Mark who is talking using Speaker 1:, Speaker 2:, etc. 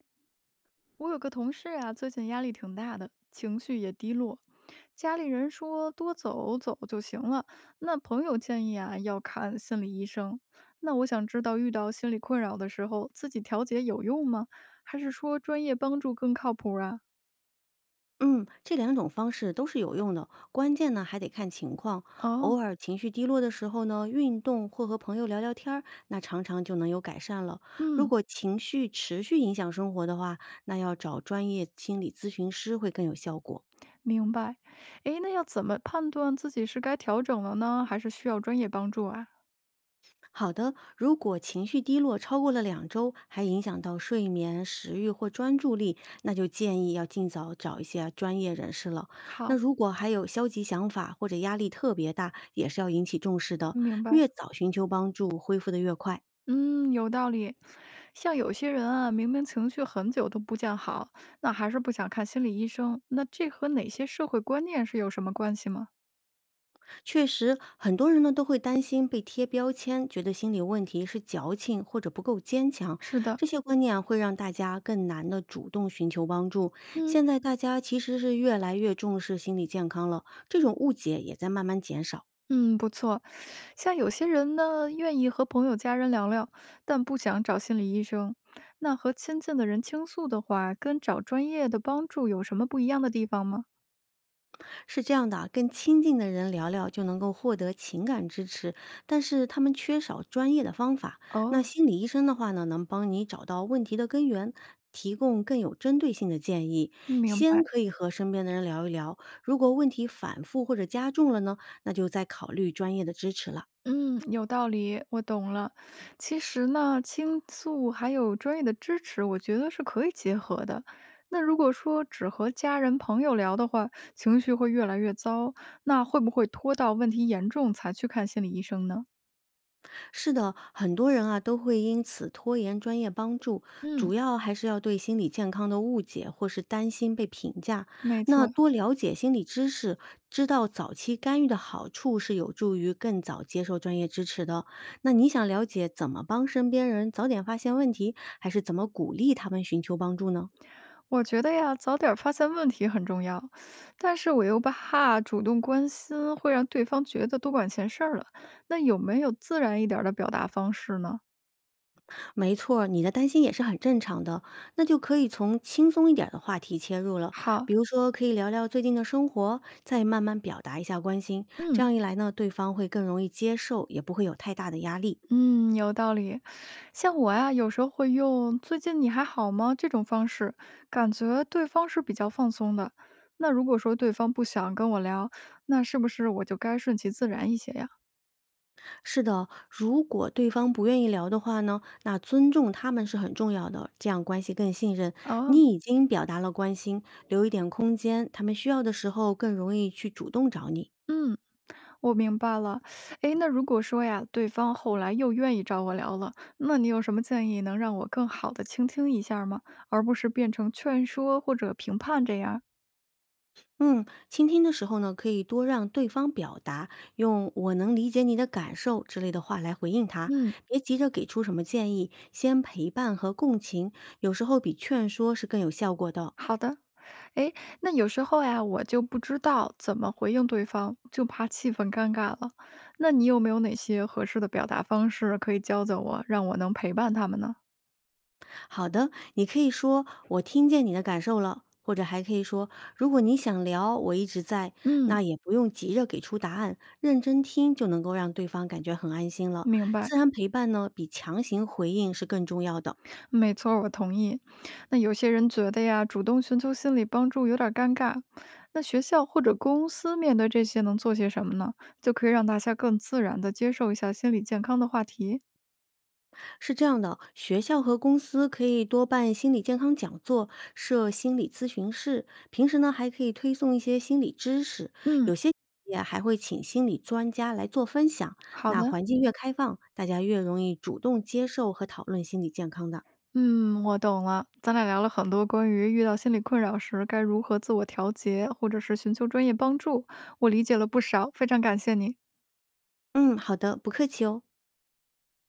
Speaker 1: 我有个同事啊，最近压力挺大的，情绪也低落。家里人说多走走就行了，那朋友建议啊要看心理医生。那我想知道，遇到心理困扰的时候，自己调节有用吗？还是说专业帮助更靠谱啊？
Speaker 2: 嗯，这两种方式都是有用的，关键呢还得看情况。偶
Speaker 1: 哦。
Speaker 2: 尔情绪低落的时候呢，运动或和朋友聊聊天儿，那常常就能有改善了。如
Speaker 1: 嗯。
Speaker 2: 果情绪持续影响生活的话，那要找专业心理咨询师会更有效果。
Speaker 1: 明白。诶，那要怎么判断自己是该调整了呢，还是需要专业帮助啊？
Speaker 2: 好的，如果情绪低落超过了2周，还影响到睡眠、食欲或专注力，那就建议要尽早找一些专业人士了。那
Speaker 1: 好。
Speaker 2: 如果还有消极想法或者压力特别大，也是要引起重视的。
Speaker 1: 明白。
Speaker 2: 越早寻求帮助，恢复的越快。
Speaker 1: 嗯，有道理。像有些人啊，明明情绪很久都不见好，那还是不想看心理医生，那这和哪些社会观念是有什么关系吗？
Speaker 2: 确实，很多人呢都会担心被贴标签，觉得心理问题是矫情或者不够坚强。
Speaker 1: 是的。
Speaker 2: 这些观念啊会让大家更难的主动寻求帮助。
Speaker 1: 嗯
Speaker 2: 现在大家其实是越来越重视心理健康了，这种误解也在慢慢减少。
Speaker 1: 嗯，不错。像有些人呢，愿意和朋友、家人聊聊，但不想找心理医生。那和亲近的人倾诉的话，跟找专业的帮助有什么不一样的地方吗？
Speaker 2: 是这样的啊，跟亲近的人聊聊就能够获得情感支持，但是他们缺少专业的方法。那
Speaker 1: 哦。
Speaker 2: 心理医生的话呢，能帮你找到问题的根源。提供更有针对性的建议，
Speaker 1: 明白。
Speaker 2: 先可以和身边的人聊一聊，如果问题反复或者加重了呢，那就再考虑专业的支持了。
Speaker 1: 嗯，有道理，我懂了。其实呢，倾诉还有专业的支持，我觉得是可以结合的。那如果说只和家人朋友聊的话，情绪会越来越糟，那会不会拖到问题严重才去看心理医生呢？
Speaker 2: 是的，很多人啊都会因此拖延专业帮助，
Speaker 1: 嗯。
Speaker 2: 主要还是要对心理健康的误解或是担心被评价。
Speaker 1: 没
Speaker 2: 那
Speaker 1: 错。
Speaker 2: 多了解心理知识，知道早期干预的好处，是有助于更早接受专业支持的。那你想了解怎么帮身边人早点发现问题，还是怎么鼓励他们寻求帮助呢？
Speaker 1: 我觉得呀，早点发现问题很重要，但是我又怕主动关心会让对方觉得多管闲事儿了。那有没有自然一点儿的表达方式呢？
Speaker 2: 没错儿，你的担心也是很正常的，那就可以从轻松一点儿的话题切入了，
Speaker 1: 好。
Speaker 2: 比如说可以聊聊最近的生活，再慢慢表达一下关心。这
Speaker 1: 嗯。
Speaker 2: 样一来呢，对方会更容易接受，也不会有太大的压力。
Speaker 1: 嗯，有道理。像我呀，有时候会用“最近你还好吗”这种方式，感觉对方是比较放松的。那如果说对方不想跟我聊，那是不是我就该顺其自然一些呀？
Speaker 2: 是的，如果对方不愿意聊的话呢，那尊重他们是很重要的，这样关系更信任。
Speaker 1: 啊。
Speaker 2: 你已经表达了关心，留一点空间，他们需要的时候更容易去主动找你。
Speaker 1: 嗯，我明白了。诶，那如果说呀，对方后来又愿意找我聊了，那你有什么建议能让我更好的倾听一下吗？而不是变成劝说或者评判这样？
Speaker 2: 嗯，倾听的时候呢，可以多让对方表达，用“我能理解你的感受”之类的话来回应他，
Speaker 1: 嗯。
Speaker 2: 别急着给出什么建议，先陪伴和共情，有时候比劝说是更有效果的。
Speaker 1: 好的。诶，那有时候呀，我就不知道怎么回应对方，就怕气氛尴尬了。那你有没有哪些合适的表达方式可以教教我，让我能陪伴他们呢？
Speaker 2: 好的，你可以说“我听见你的感受了”，或者还可以说“如果你想聊，我一直在”，
Speaker 1: 嗯。
Speaker 2: 那也不用急着给出答案，认真听就能够让对方感觉很安心了。
Speaker 1: 明白。
Speaker 2: 自然陪伴呢，比强行回应是更重要的。
Speaker 1: 没错儿，我同意。那有些人觉得呀，主动寻求心理帮助有点儿尴尬。那学校或者公司面对这些能做些什么呢？就可以让大家更自然的接受一下心理健康的话题。
Speaker 2: 是这样的，学校和公司可以多办心理健康讲座，设心理咨询室。平时呢，还可以推送一些心理知识，
Speaker 1: 嗯，
Speaker 2: 有些企业还会请心理专家来做分享。
Speaker 1: 好
Speaker 2: 那
Speaker 1: 的。
Speaker 2: 环境越开放，大家越容易主动接受和讨论心理健康的。
Speaker 1: 嗯，我懂了。咱俩聊了很多关于遇到心理困扰时该如何自我调节，或者是寻求专业帮助，我理解了不少，非常感谢你。
Speaker 2: 嗯，好的，不客气哦。